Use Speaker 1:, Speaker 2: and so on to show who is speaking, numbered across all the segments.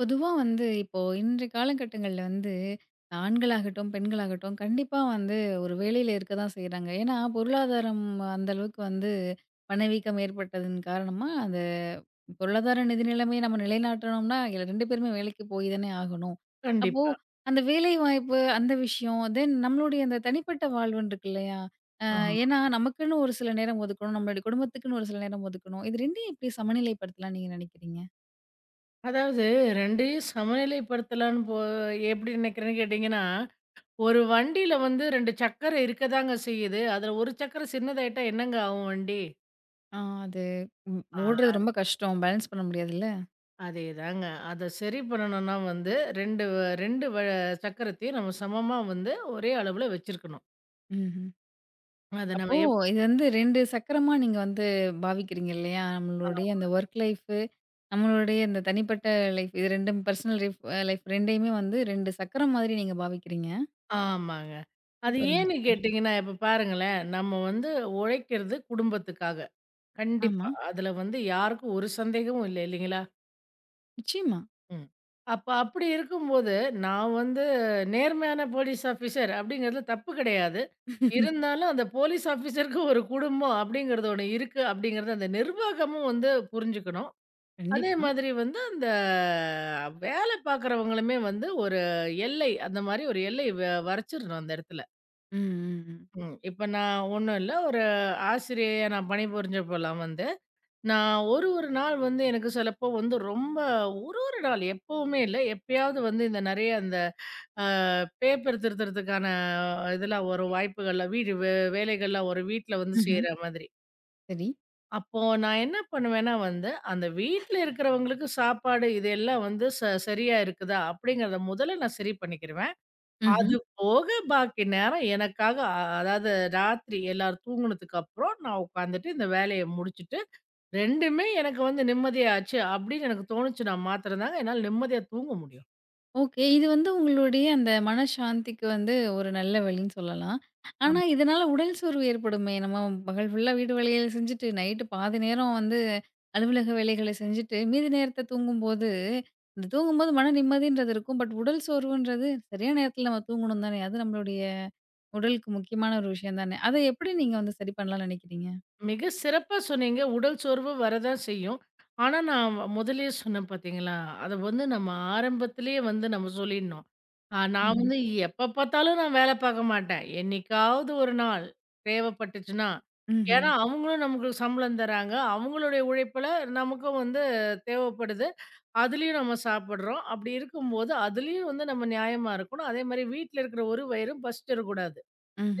Speaker 1: பொதுவா வந்து இப்போ இன்றைய காலகட்டங்கள்ல வந்து ஆண்களாகட்டும், பெண்களாகட்டும் கண்டிப்பா வந்து ஒரு வேலையில இருக்க தான் செய்றாங்க. ஏன்னா, பொருளாதாரம் அந்த அளவுக்கு வந்து பணவீக்கம் ஏற்பட்டதன் காரணமா, அந்த பொருளாதார நிதி நிலைமையை நம்ம நிலைநாட்டணும்னா, இதுல 2 பேருமே வேலைக்கு போய் தானே ஆகணும். அப்போ
Speaker 2: கண்டிப்பா.
Speaker 1: அந்த வேலை வாய்ப்பு அந்த விஷயம், தென் நம்மளுடைய அந்த தனிப்பட்ட வாழ்வுன்னு இருக்கு இல்லையா?
Speaker 2: ஆமா.
Speaker 1: ஏன்னா நமக்குன்னு ஒரு சில நேரம் ஒதுக்கணும், நம்மளுடைய குடும்பத்துக்குன்னு ஒரு சில நேரம் ஒதுக்கணும். இது 2யும் எப்படி சமநிலைப்படுத்தலாம்னு நீங்க நினைக்கிறீங்க?
Speaker 2: அதாவது 2யும் சமநிலைப்படுத்தலான்னு எப்படி நினைக்கிறேன்னு கேட்டீங்கன்னா, ஒரு வண்டியில 2 சக்கர இருக்கதாங்க செய்யுது. அதுல ஒரு சக்கர சின்னதாயிட்டா என்னங்க ஆகும் வண்டி?
Speaker 1: ஆ, அது ம்
Speaker 2: ஆ.
Speaker 1: ஓடுறது ரொம்ப கஷ்டம். பேலன்ஸ் பண்ண முடியாதுல்ல.
Speaker 2: அதேதாங்க. அத சரி பண்ணணும்னா 2 சக்கரத்தையும் நம்ம சமமா ஒரே அளவுல வச்சிருக்கணும்.
Speaker 1: ம்ஹ்ம்.
Speaker 2: அத
Speaker 1: அப்போ
Speaker 2: நம்ம எப்
Speaker 1: இது வந்து 2 சக்கரமா நீங்க வந்து பாவிக்கிறீங்க இல்லையா?
Speaker 2: ஆ
Speaker 1: நம்மளுடைய அந்த ஒர்க் லைஃபு, நம்மளுடைய இந்த தனிப்பட்ட லைஃப் இது 2ம் பர்சனல் லைஃப் லைஃப் 2யுமே வந்து 2 சக்கரம் மாதிரி நீங்க பாவிக்கிறீங்க.
Speaker 2: ஆமாங்க. அது
Speaker 1: சூப்பருங்க
Speaker 2: ஏன்னு
Speaker 1: சூப்பர்.
Speaker 2: கேட்டீங்கன்னா, இப்ப பாருங்களேன், நம்ம உழைக்கிறது குடும்பத்துக்காக.
Speaker 1: ஆமா.
Speaker 2: கண்டிப்பா. அதுல யாருக்கும் ஒரு சந்தேகமும் இல்ல இல்லைங்களா?
Speaker 1: நிச்சயமா.
Speaker 2: ம். அப்ப அப்படி இருக்கும்போது, நான் நேர்மையான போலீஸ் ஆஃபீசர் அப்படிங்கிறதுல தப்பு கிடையாது. இருந்தாலும் அந்த போலீஸ் ஆஃபீசருக்கு ஒரு குடும்பம் அப்படிங்கிறது ஒண்ணு இருக்கு அப்படிங்கிறத அந்த நிர்வாகமும் புரிஞ்சுக்கணும். அதே
Speaker 1: கண்டிப்பா.
Speaker 2: மாதிரி அந்த வேலை பார்க்குறவங்களுமே ஒரு எல்லை, அந்த மாரி ஒரு எல்லை வ வரைச்சிரணும் அந்த இடத்துல.
Speaker 1: ம், ம், ம்.
Speaker 2: ம். இப்ப நான் ஒண்ணும் இல்ல. ஒரு ஆசிரியையா நான் பணிபுரிஞ்சப்போலாம் நான் ஒரு ஒரு நாள் எனக்கு சிலப்போ ரொம்ப ஒரு ஒரு நாள் எப்பவுமே இல்ல. எப்பயாவது இந்த நெறைய அந்த அ பேப்பர் திருத்துறதுக்கான இதெல்லாம் வரும் வாய்ப்புகள்லாம் வீடு வே வேலைகள்லாம் வரும் வீட்ல வந்து ம்.
Speaker 1: ம்ஹ்ம்.
Speaker 2: செய்ற மாதிரி.
Speaker 1: சரி.
Speaker 2: அப்போ நான் என்ன பண்ணுவேன்னா அந்த வீட்ல இருக்கிறவங்களுக்கு சாப்பாடு இது எல்லாம் வந்து ச சரியா இருக்குதா? அப்படிங்கிறத முதல்ல நான் சரி பண்ணிக்கிருவேன்.
Speaker 1: ம்ஹ்ம்.
Speaker 2: அது போக பாக்கி நேரம் எனக்காக அதாவது ராத்திரி எல்லாரும் தூங்குனதுக்கு அப்புறம் நான் உட்காந்துட்டு இந்த வேலைய முடிச்சுட்டு 2மே எனக்கு நிம்மதியாச்சு அப்படின்னு எனக்கு தோணுச்சு நான் மாத்திரம் தாங்க என்னால நிம்மதியா தூங்க முடியும்.
Speaker 1: ஓகே. இது வந்து உங்களுடைய அந்த மனசாந்திக்கு வந்து ஒரு நல்ல வழின்னு சொல்லலாம். ஆனா, இதனால உடல் சோர்வு ஏற்படுமே! நம்ம பகல் ஃபுல்லா வீட்டு வேலைகள செஞ்சுட்டு, நைட்டு பாதி நேரம் வந்து அலுவலக வேலைகள செஞ்சுட்டு, மீதி நேரத்த தூங்கும்போது, இந்த தூங்கும்போது மன நிம்மதின்றது இருக்கும். பட் உடல் சோர்வுன்றது சரியான நேரத்தில நம்ம தூங்கணும் தானே! அது நம்மளுடைய உடலுக்கு முக்கியமான ஒரு விஷயம் தானே! அத எப்படி நீங்க வந்து சரி பண்ணலாம்னு நினைக்கிறீங்க?
Speaker 2: மிக சிறப்பா சொன்னீங்க. உடல் சோர்வு வரதான் செய்யும். ஆனா, முதல்லயே சொன்னேன் பார்த்தீங்களா? அத நம்ம ஆரம்பத்திலேயே நம்ம சொல்லிடணும். நான்
Speaker 1: ம்ஹ்ம்.
Speaker 2: எப்ப பார்த்தாலும் நான் வேல பார்க்க மாட்டேன். என்னைக்காவது ஒரு நாள் தேவைப்பட்டுச்சுன்னா,
Speaker 1: ம்ஹ்ம்.
Speaker 2: ஏன்னா அவங்களும் நமக்கு சம்பளம் தராங்க. அவங்களுடைய உழைப்புல நமக்கும் தேவைப்படுது. அதுலயும் நம்ம சாப்பிடுறோம். அப்படி இருக்கும்போது, அதுலயும் நம்ம நியாயமா இருக்கணும். அதேமாரி வீட்ல இருக்கிற ஒரு வயிறும் பசிச்சிடக்கூடாது.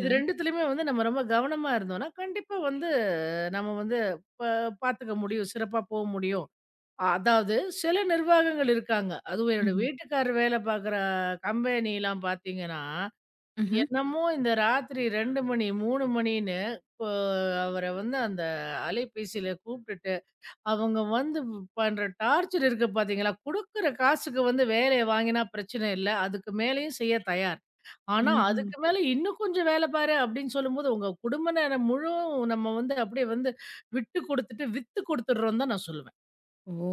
Speaker 2: இது 2துலயுமே நம்ம ரொம்ப கவனமா இருந்தோம்னா, கண்டிப்பா நம்ம வந்து ப பார்த்துக்க முடியும். சிறப்பா முடியும். அதாவது சில நிர்வாகங்கள் இருக்காங்க. அதுவும் என்னோட
Speaker 1: ம்ஹ்ம்.
Speaker 2: வீட்டுக்காரர் வேலை பார்க்குற கம்பெனிலாம் பார்த்தீங்கன்னா, என்னமோ இந்த ராத்திரி 2 மணி, 3 மணின்னு இப்போ அவர அந்த அலைபேசியில கூப்பிட்டுட்டு, அவங்க பண்ற டார்ச்சர் இருக்கு பார்த்தீங்களா, குடுக்குற காசுக்கு வேலைய வாங்கினா பிரச்சனை இல்ல. அதுக்கு மேலயும் செய்ய தயார். ஆனா,
Speaker 1: ம்ஹ்ம்.
Speaker 2: அதுக்கு மேல இன்னும் கொஞ்சம் வேல பாரு அப்படின்னு சொல்லும்போது, உங்க குடும்ப நேரம் முழுவதும் நம்ம அப்படியே விட்டு குடுத்துட்டு, வித்து குடுத்துடுறோம்னு தான் நான் சொல்லுவேன்.
Speaker 1: ஓ!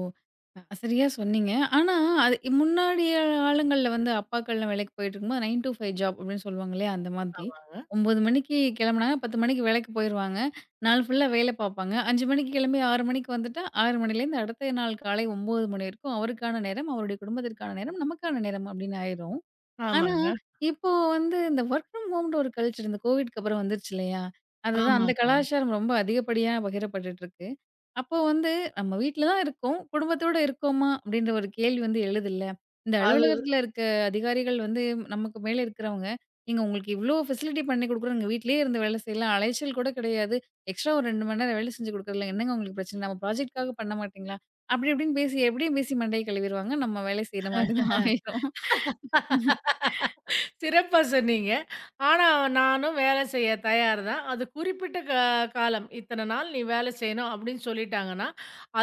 Speaker 1: அ சரியா சொன்னீங்க. ஆனா, அது முன்னாடிய காலங்கள்ல வந்து அப்பாக்கள்லாம் வேலைக்கு போயிட்டுருக்கும்போது 9 to 5 ஜாப் அப்படின்னு சொல்லுவாங்க இல்லையா? அந்த மாதிரி.
Speaker 2: ஆமாங்க,
Speaker 1: 9 மணிக்கு கிளம்புனாங்க, 10 மணிக்கு வேலைக்கு போயிருவாங்க. நாள் ஃபுல்லா வேலை பார்ப்பாங்க. 5 மணிக்கு கிளம்பி 6 மணிக்கு வந்துட்டா, 6 மணிலேருந்து அடுத்த நாள் காலை 9 மணி வரைக்கும் அவருக்கான நேரம், அவருடைய குடும்பத்திற்கான நேரம், நமக்கான நேரம் அப்படின்னு ஆயிரும். ஆனா,
Speaker 2: ஆமாங்க,
Speaker 1: இப்போ வந்து இந்த வொர்க் ஃப்ரம் ஹோம்ன்ற ஒரு கல்ச்சர் இந்த கோவிட்க்கு அப்புறம் வந்துருச்சு இல்லையா? அதுதான் அந்த
Speaker 2: ஆமாங்க.
Speaker 1: கலாச்சாரம் ரொம்ப அதிகப்படியா பகிரப்பட்டுட்டுருக்கு. அப்போ வந்து நம்ம வீட்ல தான் இருக்கோம். குடும்பத்தோட இருக்கோமா? அப்படின்ற ஒரு கேள்வி வந்து எழுதுல்ல. இந்த
Speaker 2: அது
Speaker 1: அலுவலகத்தில இருக்க அதிகாரிகள் வந்து நமக்கு மேல இருக்கிறவங்க, "நீங்க உங்களுக்கு இவ்ளோ ஃபெசிலிட்டி பண்ணி குடுக்குறோம். நீங்க வீட்லயே இருந்து வேலை செய்யலாம். அலைச்சல் கூட கிடையாது. எக்ஸ்ட்ரா ஒரு 2 மணி நேரம் வேலை செஞ்சு குடுக்குறதுல என்னங்க உங்களுக்கு பிரச்சனை? நம்ம ப்ராஜெக்ட்க்காக பண்ண மாட்டீங்களா?" அப்படி இப்படின்னு பேசி எப்படியும் பேசி மண்டைய கழுவிருவாங்க. நம்ம வேலை செய்ற மாரி தான் ஆயிரும்.
Speaker 2: சிறப்பா சொன்னீங்க. ஆனா, நானும் வேல செய்ய தயார் தான். அது குறிப்பிட்ட காலம். இத்தன நாள் நீ வேல செய்யணும் அப்படின்னு சொல்லிட்டாங்கன்னா,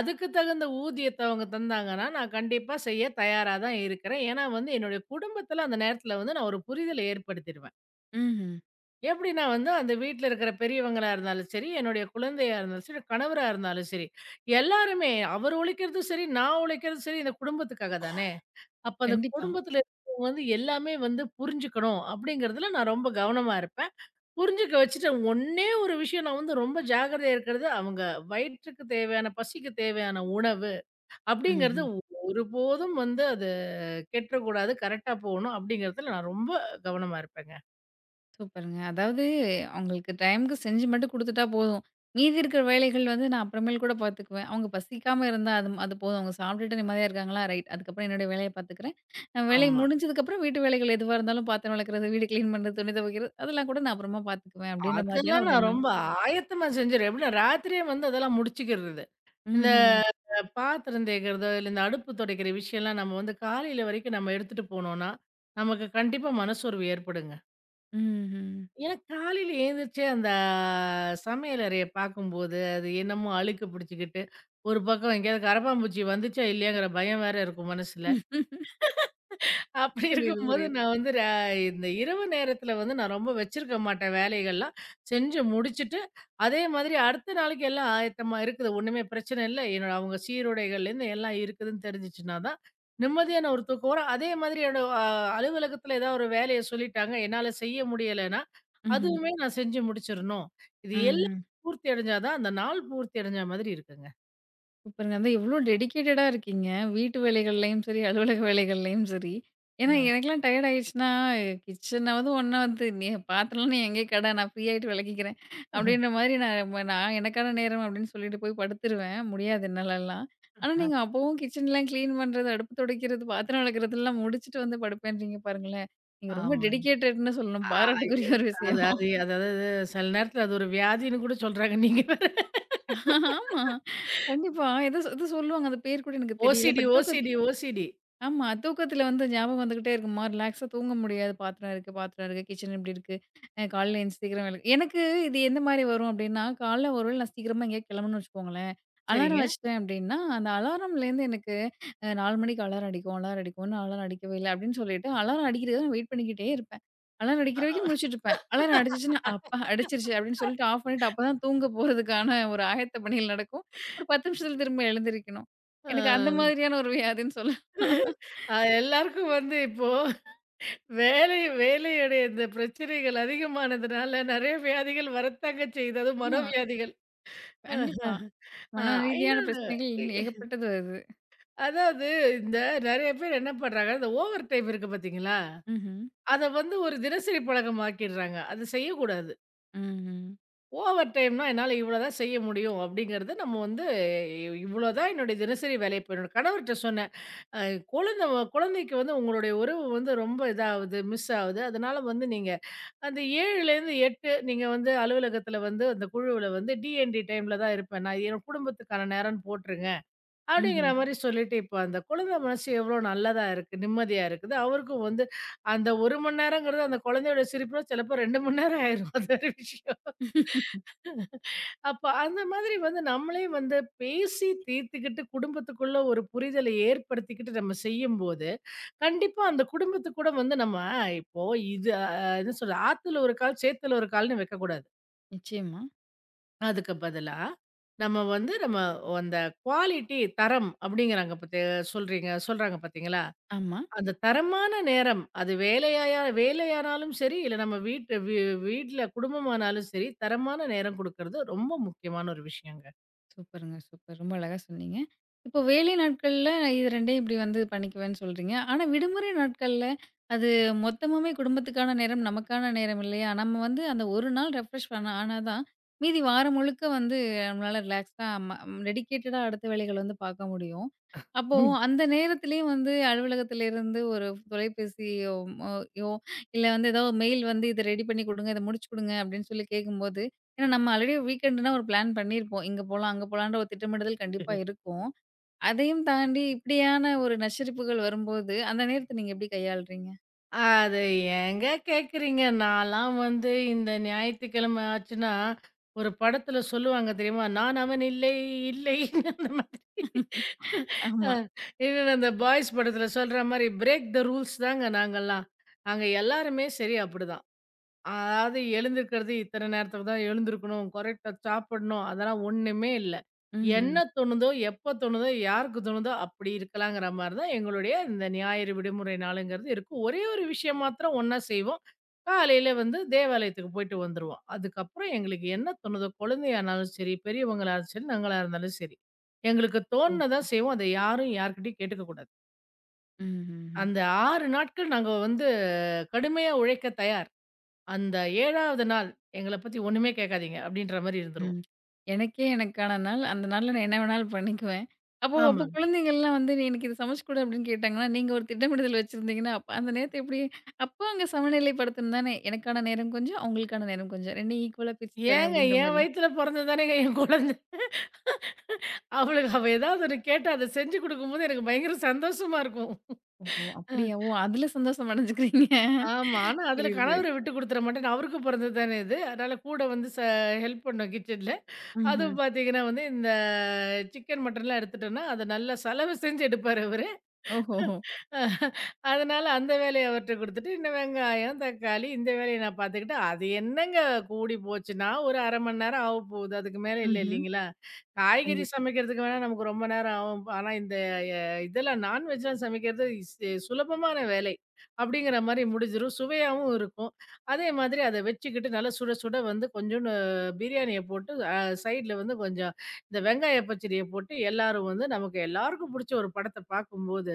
Speaker 2: அதுக்கு தகுந்த ஊதியத்த அவங்க தந்தாங்கன்னா, நான் கண்டிப்பா செய்ய தயாரா தான் இருக்கிறேன். ஏன்னா என்னுடைய குடும்பத்தில அந்த நேரத்தில நான் ஒரு புரிதல ஏற்படுத்திடுவேன்.
Speaker 1: ம்ஹ்ம்.
Speaker 2: எப்படின்னா அந்த வீட்ல இருக்கிற பெரியவங்களா இருந்தாலும் சரி, என்னுடைய குழந்தையா இருந்தாலும் சரி, கணவரா இருந்தாலும் சரி, எல்லாருமே அவர் உழைக்கிறதும் சரி, நான் உழைக்கிறதும் சரி, இந்த குடும்பத்துக்காக தானே! அப்ப அந்த
Speaker 1: கண்டிப்பா.
Speaker 2: குடும்பத்துல இருக்கிறவங்க எல்லாமே புரிஞ்சுக்கணும் அப்படிங்கிறதுல நான் ரொம்ப கவனமா இருப்பேன். புரிஞ்சுக்க வச்சுட்டேன். ஒண்ணே ஒரு விஷயம் நான் ரொம்ப ஜாக்கிரதையா இருக்கிறது, அவங்க வயிற்றுக்கு தேவையான, பசிக்கு தேவையான உணவு அப்படிங்கிறது
Speaker 1: ம்ஹ்ம்.
Speaker 2: ஒருபோதும் அது கெட்றக்கூடாது. கரெக்ட்டா போகணும் அப்படிங்கிறதுல நான் ரொம்ப கவனமா இருப்பேங்க.
Speaker 1: சூப்பருங்க. அதாவது அவங்களுக்கு டைம்க்கு செஞ்சு மட்டும் குடுத்துட்டா போதும். மீதி இருக்கிற வேலைகள் வந்து நான் அப்புறமேல் கூட பார்த்துக்குவேன். அவங்க பசிக்காம இருந்தா அது அது போதும். அவங்க சாப்பிட்டுட்டு நிம்மதியா இருக்காங்களா? ரைட். அதுக்கப்புறம் என்னுடைய வேலைய பார்த்துக்கிறேன். நான் வேலை
Speaker 2: ஆமா.
Speaker 1: முடிஞ்சதுக்கப்புறம் வீட்டு வேலைகள் எதுவா இருந்தாலும் பாத்திரம் விளக்குறது, வீடு கிளீன் பண்றது, துணி துவைக்கிறது அதெல்லாம் கூட நான் அப்புறமா பார்த்துக்குவேன் அப்படின்ற மாதிரியான
Speaker 2: அதெல்லாம்
Speaker 1: ஒரு
Speaker 2: நான்
Speaker 1: எண்ணம்.
Speaker 2: ரொம்ப ஆயத்தமா செஞ்சிருவேன். எப்படின்னா, ராத்திரியே அதெல்லாம் முடிச்சுக்கிறது. இந்த
Speaker 1: ம்ஹ்ம்.
Speaker 2: பாத்திரம் தேய்க்கிறதோ, இல்ல இந்த அடுப்பு துடைக்கிற விஷயம்லாம் நம்ம காலையில வரைக்கும் நம்ம எடுத்துட்டு போனோம்னா, நமக்கு கண்டிப்பா மனசோர்வு ஏற்படுங்க.
Speaker 1: ம்ஹ்ம்.
Speaker 2: ஏன்னா காலையில எழுந்திரிச்சு அந்த சமையல் அறைய பார்க்கும்போது, அது என்னமோ அழுக்கு பிடிச்சுக்கிட்டு, ஒரு பக்கம் எங்கேயாவது கரப்பான்பூச்சி வந்துச்சா இல்லையாங்கிற பயம் வேற இருக்கும் மனசுல. அப்படி
Speaker 1: புரியுது,
Speaker 2: இருக்கும்போது
Speaker 1: புரியுது.
Speaker 2: நான் வந்து ர இந்த இரவு நேரத்தில நான் ரொம்ப வச்சிருக்க மாட்டேன் வேலைகள்லாம். செஞ்சு முடிச்சுட்டு, அதே மாதிரி அடுத்த நாளைக்கு எல்லாம் ஆயத்தமா இருக்குது. ஒண்ணுமே பிரச்சனை இல்ல. என்னோட அவங்க சீருடைகள்லேருந்து எல்லாம் இருக்குதுன்னு தெரிஞ்சுச்சுன்னா தான், நிம்மதியான ஒரு தூக்கம் வரும். அதே மாதிரி என்னோட அலுவலகத்தில ஏதாவது ஒரு வேலைய சொல்லிட்டாங்க, என்னால செய்ய முடியலைன்னா,
Speaker 1: ம்ஹ்ம்.
Speaker 2: அதுவுமே நான் செஞ்சு முடிச்சிரணும். இது எல்லாம்
Speaker 1: ம்ஹ்ம்.
Speaker 2: பூர்த்தி அடைஞ்சா தான் அந்த நாள் பூர்த்தி அடைஞ்ச மாதிரி இருக்குங்க.
Speaker 1: சூப்பருங்க. அதான் எவ்ளோ டெடிகேட்டடா இருக்கீங்க. வீட்டு வேலைகள்லயும் சரி, அலுவலக வேலைகள்லயும் சரி. ஏன்னா
Speaker 2: அ
Speaker 1: எனக்கெல்லாம் டயர்ட் ஆயிடுச்சுன்னா, கிச்சனாவது ஒண்ணாவது நீ பாத்திரம்லாம் நீ எங்கேயே கெட நான் ஃப்ரீ ஆயிட்டு விளக்கிக்கிறேன். அப்படின்ற மாரி நான் நான் எனக்கான நேரம் அப்படின்னு சொல்லிட்டு போய் படுத்துருவேன். முடியாது என்னாலலாம். ஆனா நீங்க அப்பவும் கிச்சன்லாம் கிளீன் பண்றது, அடுப்பு துடைக்கிறது, பாத்திரம் விளக்குறதெல்லாம் முடிச்சுட்டு வந்து படுப்பேன்றீங்க பாருங்களேன். நீங்க ரொம்ப
Speaker 2: ஆமாங்க.
Speaker 1: டெடிகேட்டட்ன்னு சொல்லணும்.
Speaker 2: ஆ ஐய
Speaker 1: பாராட்டுக்குரிய ஒரு
Speaker 2: அது
Speaker 1: விஷயம்.
Speaker 2: அது அதாவது சில நேரத்தில அது ஒரு வியாதின்னு கூட சொல்றாங்க. நீங்க வேற
Speaker 1: ஆமா. கண்டிப்பா. ஏதோ ஏதோ சொல்லுவாங்க. அது பேர் கூட எனக்கு தெரியல.
Speaker 2: ஓசிடி,
Speaker 1: பட் தூக்கத்
Speaker 2: ஓசிடி, ஓசிடி.
Speaker 1: ஆமா. தூக்கத்துல வந்து ஞாபகம் வந்துகிட்டே இருக்குமா, ரிலாக்ஸா தூங்க முடியாது. பாத்திரம் இருக்கு, பாத்திரம் இருக்கு, கிச்சன் இப்படி இருக்கு. அ காலைல எந்திச்சு சீக்கிரம் வேலை எனக்கு இது எந்த மாரி வரும் அப்படின்னா, காலைல ஒரு வேள நான் சீக்கிரமா எங்கேயாவது கிளம்பணும்னு வச்சுக்கோங்களேன். அலாரம்
Speaker 2: சரிங்க.
Speaker 1: வச்சுட்டேன் அப்படின்னா, அந்த அலாரம்லேருந்து எனக்கு 4 மணிக்கு அலாரம் அடிக்கும், அலாரம் அடிக்கும். இன்னும் அலாரம் அடிக்கவே இல்ல அப்படின்னு சொல்லிட்டு, அலாரம் அடிக்கிறத நான் வெயிட் பண்ணிக்கிட்டே இருப்பேன். அலாரம் அடிக்கிற வரைக்கும் முழிச்சுட்டு இருப்பேன். அலாரம் அடிச்சுச்சுன்னா, "அப்பா அடிச்சிருச்சு" அப்படின்னு சொல்லிட்டு ஆஃப் பண்ணிட்டு, அப்பதான் தூங்க போறதுக்கான ஒரு ஆயத்த பணிகள் நடக்கும். ஒரு 10 நிமிஷத்துல திரும்ப எழுந்திரிக்கணும். எனக்கு அந்த
Speaker 2: ஆ.
Speaker 1: மாதிரியான ஒரு வியாதின்னு சொல்லலாம்.
Speaker 2: எல்லாருக்கும் இப்போ வேலையுடைய இந்த பிரச்சனைகள் அதிகமானதுனால நெறைய வியாதிகள் வரத்தாங்க செய்யுது. அதுவும்
Speaker 1: ஆ,
Speaker 2: மனோவியாதிகள். ஆஹ.
Speaker 1: கண்டிப்பா.
Speaker 2: ஆ
Speaker 1: மன ரீதியான
Speaker 2: இன்னொன்னு
Speaker 1: பிரச்சனைகள்
Speaker 2: இ
Speaker 1: ஏகப்பட்டது வருது.
Speaker 2: அதாவது இந்த நெறைய பேர் என்ன பண்றாங்க, இந்த ஓவர் டைம் இருக்கு பார்த்தீங்களா?
Speaker 1: ம்ஹ்ம்.
Speaker 2: அத ஒரு தினசரி பழக்கமாக்கிடுறாங்க. அது செய்யக்கூடாது.
Speaker 1: ம்ஹ்ம்.
Speaker 2: ஓவர் டைம்னா என்னால இவ்வளோதான் செய்ய முடியும் அப்படிங்கிறது நம்ம இவ்வளோதான் என்னுடைய தினசரி வேலை. இப்ப என்னோட கணவர்ட்ட சொன்னேன். அ குழந்த குழந்தைக்கு உங்களுடைய உறவு ரொம்ப இதாகுது, மிஸ் ஆகுது. அதனால நீங்க அந்த 7லேருந்து 8 நீங்க அலுவலகத்தில அந்த குழுவுல டிஎன்டி டைம்ல தான் இருப்பேன். நான் என் குடும்பத்துக்கான நேரம்னு போட்டுருங்க. அப்படிங்கிற
Speaker 1: ம்ஹ்ம்.
Speaker 2: மாரி சொல்லிட்டு இப்ப அந்த குழந்தை மனசு எவ்வளோ நல்லதா இருக்கு, நிம்மதியா இருக்குது. அவருக்கும் அந்த 1 மணி நேரங்கிறது அந்த குழந்தையோட சிரிப்புல சிலப்போ 2 மணி நேரம் ஆயிரும். அது வேற விஷயம். அப்ப அந்த மாதிரி நம்மளே பேசி தீர்த்துக்கிட்டு குடும்பத்துக்குள்ள ஒரு புரிதலை ஏற்படுத்திக்கிட்டு நம்ம செய்யும்போது, கண்டிப்பா அந்த குடும்பத்து கூட நம்ம இப்போ இது அ என்ன சொல்றது? ஆத்துல ஒரு கால், சேத்துல ஒரு கால்ன்னு வைக்கக்கூடாது.
Speaker 1: நிச்சயமா.
Speaker 2: அதுக்கு பதிலா, நம்ம அந்த குவாலிட்டி தரம் அப்படிங்கிறாங்க பத்தி சொல்றாங்க பார்த்தீங்களா?
Speaker 1: ஆமா.
Speaker 2: அந்த தரமான நேரம் அது வேலையானாலும் சரி, இல்ல நம்ம வீட்டு வீ வீட்ல குடும்பமானாலும் சரி, தரமான நேரம் குடுக்கறது ரொம்ப முக்கியமான ஒரு விஷயங்க.
Speaker 1: சூப்பருங்க, சூப்பர். ரொம்ப அழகா சொன்னீங்க. இப்போ வேலை நாட்கள்ல இது 2யும் இப்படி வந்து பண்ணிக்குவேன்னு சொல்றீங்க. ஆனா விடுமுறை நாட்கள்ல அது மொத்தமாவே குடும்பத்துக்கான நேரம், நமக்கான நேரம் இல்லையா? நம்ம வந்து அந்த ஒரு நாள் ரெஃப்ரெஷ் பண்ண ஆனா தான், மீதி வாரம் முழுக்க வந்து நம்மளால ரிலாக்ஸ்டா ம டெடிகேட்டடா அடுத்த வேலைகள் வந்து பார்க்க முடியும். அப்போ அந்த நேரத்திலேயும் வந்து அலுவலகத்திலேருந்து ஒரு தொலைபேசியோ, மோ யோ இல்ல வந்து ஏதோ மெயில் வந்து இத ரெடி பண்ணி குடுங்க, இத முடிச்சு குடுங்க அப்படின்னு சொல்லி கேட்கும்போது ஏன்னா நம்ம ஆல்ரெடி வீக்கெண்டுனா ஒரு பிளான் பண்ணியிருப்போம். இங்க போலாம், அங்க போலான்ற ஒரு திட்டமிடுதல் கண்டிப்பா
Speaker 2: ம்.
Speaker 1: இருக்கும். அதையும் தாண்டி இப்படியான ஒரு நச்சரிப்புகள் வரும்போது, அந்த நேரத்த நீங்க எப்படி கையாளுறீங்க?
Speaker 2: அத ஏங்க கேட்குறீங்க? நான்லாம் இந்த ஞாயித்துக்கிழமை ஆச்சுன்னா, ஒரு படத்துல சொல்லுவாங்க தெரியுமா? நான் அவன் இல்லை, இல்லை அந்த மாதிரி. அ
Speaker 1: ஆமா.
Speaker 2: இவன் அந்த பாய்ஸ் படத்துல சொல்ற மாரி, பிரேக் த ரூல்ஸ் தாங்க நாங்கலாம். நாங்க எல்லாருமே சரி, அப்படி தான். அதாவது எழுந்திருக்கிறது இத்தனை நேரத்துக்கு தான் எழுந்திருக்கணும், கரெக்ட்டா சாப்பிடணும். அதெல்லாம் ஒண்ணுமே இல்ல.
Speaker 1: ம்ஹ்ம்.
Speaker 2: என்ன தோணுதோ, எப்ப தோணுதோ, யாருக்கு தோணுதோ அப்படி இருக்கலாங்கிற மாரி தான் எங்களுடைய இந்த ஞாயிறு விடுமுறை நாளுங்கிறது இருக்கும். ஒரே ஒரு விஷயம் மாத்திரம் ஒண்ணா செய்வோம். காலையில தேவாலயத்துக்கு போயிட்டு வந்துருவோம். அதுக்கப்புறம் எங்களுக்கு என்ன தோணுதோ, குழந்தையானாலும் சரி, பெரியவங்களாலும் சரி, நாங்களா இருந்தாலும் சரி. எங்களுக்கு தோணுனத
Speaker 1: ஓஹோ!
Speaker 2: செய்வோம். அத யாரும் யார்கிட்டயும் கேட்டுக்க கூடாது.
Speaker 1: ம்ஹ்ஹ்ம்.
Speaker 2: அந்த 6 நாட்கள் நாங்க கடுமையா உழைக்க தயார். அந்த 7வது நாள் எங்கள பத்தி ஒண்ணுமே கேட்காதீங்க அப்படின்ற மாரி இருந்துருவோம்.
Speaker 1: ம். எனக்கே எனக்கான நாள். அந்த நாள்ல நான் என்ன வேணாலும் பண்ணிக்குவேன். அப்போ அப்போ
Speaker 2: ஆமாங்க.
Speaker 1: குழந்தைங்கள்லாம் வந்து "நீ எனக்கு இது சமைச்சு குடு" அப்படின்னு கேட்டாங்கன்னா, நீங்க ஒரு திட்டமிடுதல் வச்சிருந்தீங்கன்னா, அப்ப அந்த நேரத்த எப்படி அப்போ அங்க சமநிலைப்படுத்தணும் தானே. எனக்கான நேரம் கொஞ்சம், அவங்களுக்கான நேரம் கொஞ்சம். 2யும் ஈக்குவலா பிரிச்சு தரேன்
Speaker 2: ஏங்க
Speaker 1: அப்படின்ற
Speaker 2: என்
Speaker 1: மாரி.
Speaker 2: வயித்துல பொறந்தது தானேங்க என் குழந்தை. அவளுக்கு அவ ஏதாவது ஒண்ணு கேட்டு அத செஞ்சு குடுக்கும்போது எனக்கு பயங்கர சந்தோஷமா இருக்கும்.
Speaker 1: ஓஹோ!
Speaker 2: அஹ்
Speaker 1: அப்படியா? ஓ! அதுல சந்தோஷம் அடைஞ்சுக்கிறீங்க.
Speaker 2: ஆமா. ஆனா அதுல
Speaker 1: புரியுது,
Speaker 2: கணவர
Speaker 1: புரியுது.
Speaker 2: விட்டு குடுத்துற மாட்டேன். அவருக்கும் பொறந்தது தானே இது. அதனால கூட வந்து ச ஹெல்ப் பண்ணும் கிச்சன்ல.
Speaker 1: ம்ஹ்ம்.
Speaker 2: அதுவும் பார்த்தீங்கன்னா இந்த சிக்கன், மட்டன்லாம் எடுத்துட்டோம்னா, அத நல்லா சலவ செஞ்சு எடுப்பாரு அவரு.
Speaker 1: ஓஹோஹோ!
Speaker 2: அதனால அந்த வேலைய அவர்ட்ட குடுத்துட்டு, இந்த வெங்காயம், தக்காளி இந்த வேலைய நான் பார்த்துக்கிட்டு, அது என்னங்க கூடி போச்சுன்னா, ஒரு 1/2 மணி நேரம் ஆவப்போகுது. அதுக்கு மேல இல்ல
Speaker 1: ம்ஹ்ம்.
Speaker 2: இல்லைங்களா? காய்கறி
Speaker 1: கண்டிப்பா.
Speaker 2: சமைக்கிறதுக்கு வேணா நமக்கு ரொம்ப நேரம் ஆகும். ஆனா இந்த எ இதெல்லாம் நான்வெஜ்லாம் சமைக்கிறது சுலபமான வேலை. அப்படிங்கிற மாரி முடிஞ்சிரும். சுவையாவும் இருக்கும். அதே மாதிரி அத வச்சுக்கிட்டு நல்லா சுட சுட கொஞ்சோண்டு பிரியாணிய போட்டு, சைட்ல கொஞ்சம் இந்த வெங்காய பச்சடிய போட்டு எல்லாரும் நமக்கு எல்லாருக்கும் புடிச்ச ஒரு படத்த பார்க்கும்போது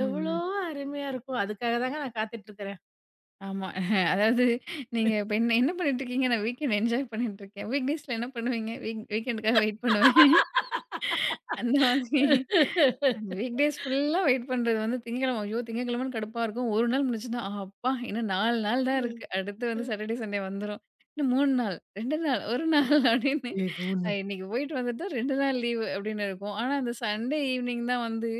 Speaker 2: எவ்வளோ அருமையா இருக்கும். அதுக்காக தாங்க நான் காத்துட்டு இருக்கிறேன்.
Speaker 1: ஆமா. அதாவது நீங்க இப்ப என்ன என்ன பண்ணிட்டுருக்கீங்க? நான் வீக்கெண்ட் என்ஜாய் பண்ணிட்டுருக்கேன். வீக் டேஸ்ல என்ன பண்ணுவீங்க? வீக்கெண்டுக்காக வெயிட் பண்ணுவேன். அந்த மாதிரி. அந்த வீக் டேஸ் ஃபுல்லா வெயிட் பண்றது வந்து திங்கக்கிழம, ஐயோ! திங்கக்கிழமன்னு கடுப்பா இருக்கும். ஒரு நாள் முடிஞ்சுதுன்னா, "ஆ அப்பா! இன்னும் 4 நாள் தான்
Speaker 2: ம்,
Speaker 1: இருக்கு. அடுத்து வந்து
Speaker 2: ம்.
Speaker 1: சாட்டர்டே, சண்டே வந்துரும். இன்னும் 3 நாள், 2 நாள், 1 நாள்" அப்படின்னு
Speaker 2: ஏங்க ஒண்ணு.
Speaker 1: இன்னைக்கு போயிட்டு வந்துட்டா 2 நாள் லீவு அப்படின்னு இருக்கும். ஆனா, அந்த சண்டே ஈவினிங் தான் வந்து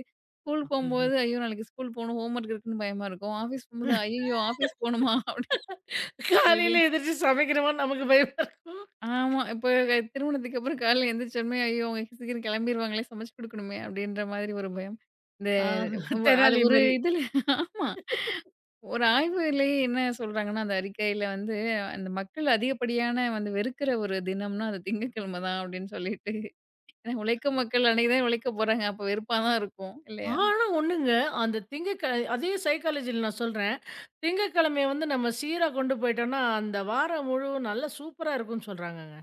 Speaker 1: ஸ்கூல்
Speaker 2: ஐயோ!
Speaker 1: போம்போது, "ஐயோ! நாளைக்கு ஸ்கூல் போணும். ஹோம் ஒர்க் இருக்குன்னு" பயமா இருக்கும். ஆஃபீஸ் போம்போது, "ஐயய்யோ! ஆஃபீஸ் போணுமா?" அப்படின்னு திடீர்னு
Speaker 2: காலையில எந்திரிச்சு சமைக்கிறோமான்னு நமக்கு பயமா இருக்கும்.
Speaker 1: ஆமா. இப்ப திருமணத்துக்கு அப்புறம் காலையில எந்திரிச்சோனே, "ஐயோ! அவங்க சீக்கிரம் கிளம்பிருவாங்களே! சமைச்சு குடுக்கணுமே!" அப்படின்ற மாதிரி ஒரு பயம். இந்த
Speaker 2: ஆ.
Speaker 1: ஒ அது
Speaker 2: தெனாலி
Speaker 1: ஒரு
Speaker 2: மாரி.
Speaker 1: இதுல ஆமா. ஒரு ஆய்வுலயே என்ன சொல்றாங்கன்னா, அந்த அறிக்கையில வந்து, அந்த மக்கள் அதிகப்படியான வந்து வெறுக்கிற ஒரு தினம்னா, அது திங்கட்கிழமை தான் அப்படின்னு சொல்லிட்டு, ஏன்னா உழைக்கும் மக்கள் அன்னைக்கு தான் உழைக்க போறாங்க. அப்ப வெறுப்பா தான் இருக்கும் இல்லையா?
Speaker 2: ஆனா ஒண்ணுங்க, அந்த திங்கட்க அதே சைக்காலஜில நான் சொல்றேன். திங்கட்கிழமைய நம்ம சீரா கொண்டு போயிட்டோம்னா, அந்த வாரம் முழுவதும் நல்லா சூப்பரா இருக்கும்ன்னு சொல்றாங்கங்க.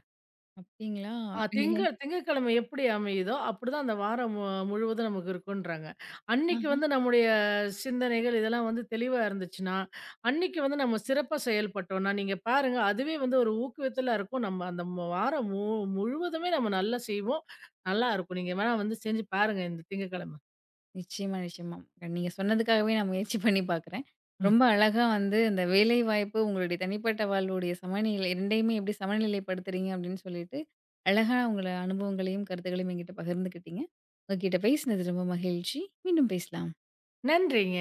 Speaker 1: அப்படிங்களா?
Speaker 2: ஆ
Speaker 1: ஏ
Speaker 2: திங்க திங்கட்கிழமை எப்படி அமையுதோ, அப்படிதான் அந்த வாரம் மு முழுவதும் நமக்கு இருக்குன்றாங்க.
Speaker 1: ஆ.
Speaker 2: அன்னைக்கு நம்முடைய சிந்தனைகள் இதெல்லாம் தெளிவா இருந்துச்சுன்னா, அன்னைக்கு நம்ம சிறப்பா செயல்பட்டோம்னா, நீங்க பாருங்க அதுவே ஒரு ஊக்குவித்தலா இருக்கும். நம்ம அந்த மு வாரம் மு முழுவதுமே நம்ம நல்லா செய்வோம். நல்லா இருக்கும். நீங்க வேணா செஞ்சு பாருங்க இந்த திங்கட்கிழமை.
Speaker 1: நிச்சயமா, நிச்சயமா. நீங்க சொன்னதுக்காகவே நான் முயற்சி பண்ணி பார்க்குறேன்.
Speaker 2: ம்.
Speaker 1: ரொம்ப அழகா வந்து இந்த வேலைவாய்ப்பு, உங்களுடைய தனிப்பட்ட வாழ்வுடைய சமநிலை 2யுமே எப்படி சமநிலைப்படுத்துறீங்க அப்படின்னு சொல்லிட்டு, அழகா உங்கள அனுபவங்களையும், கருத்துக்களையும் என்கிட்ட பகிர்ந்துக்கிட்டீங்க. உங்ககிட்ட பேசினது ரொம்ப மகிழ்ச்சி. மீண்டும் பேசலாம்.
Speaker 2: நன்றிங்க.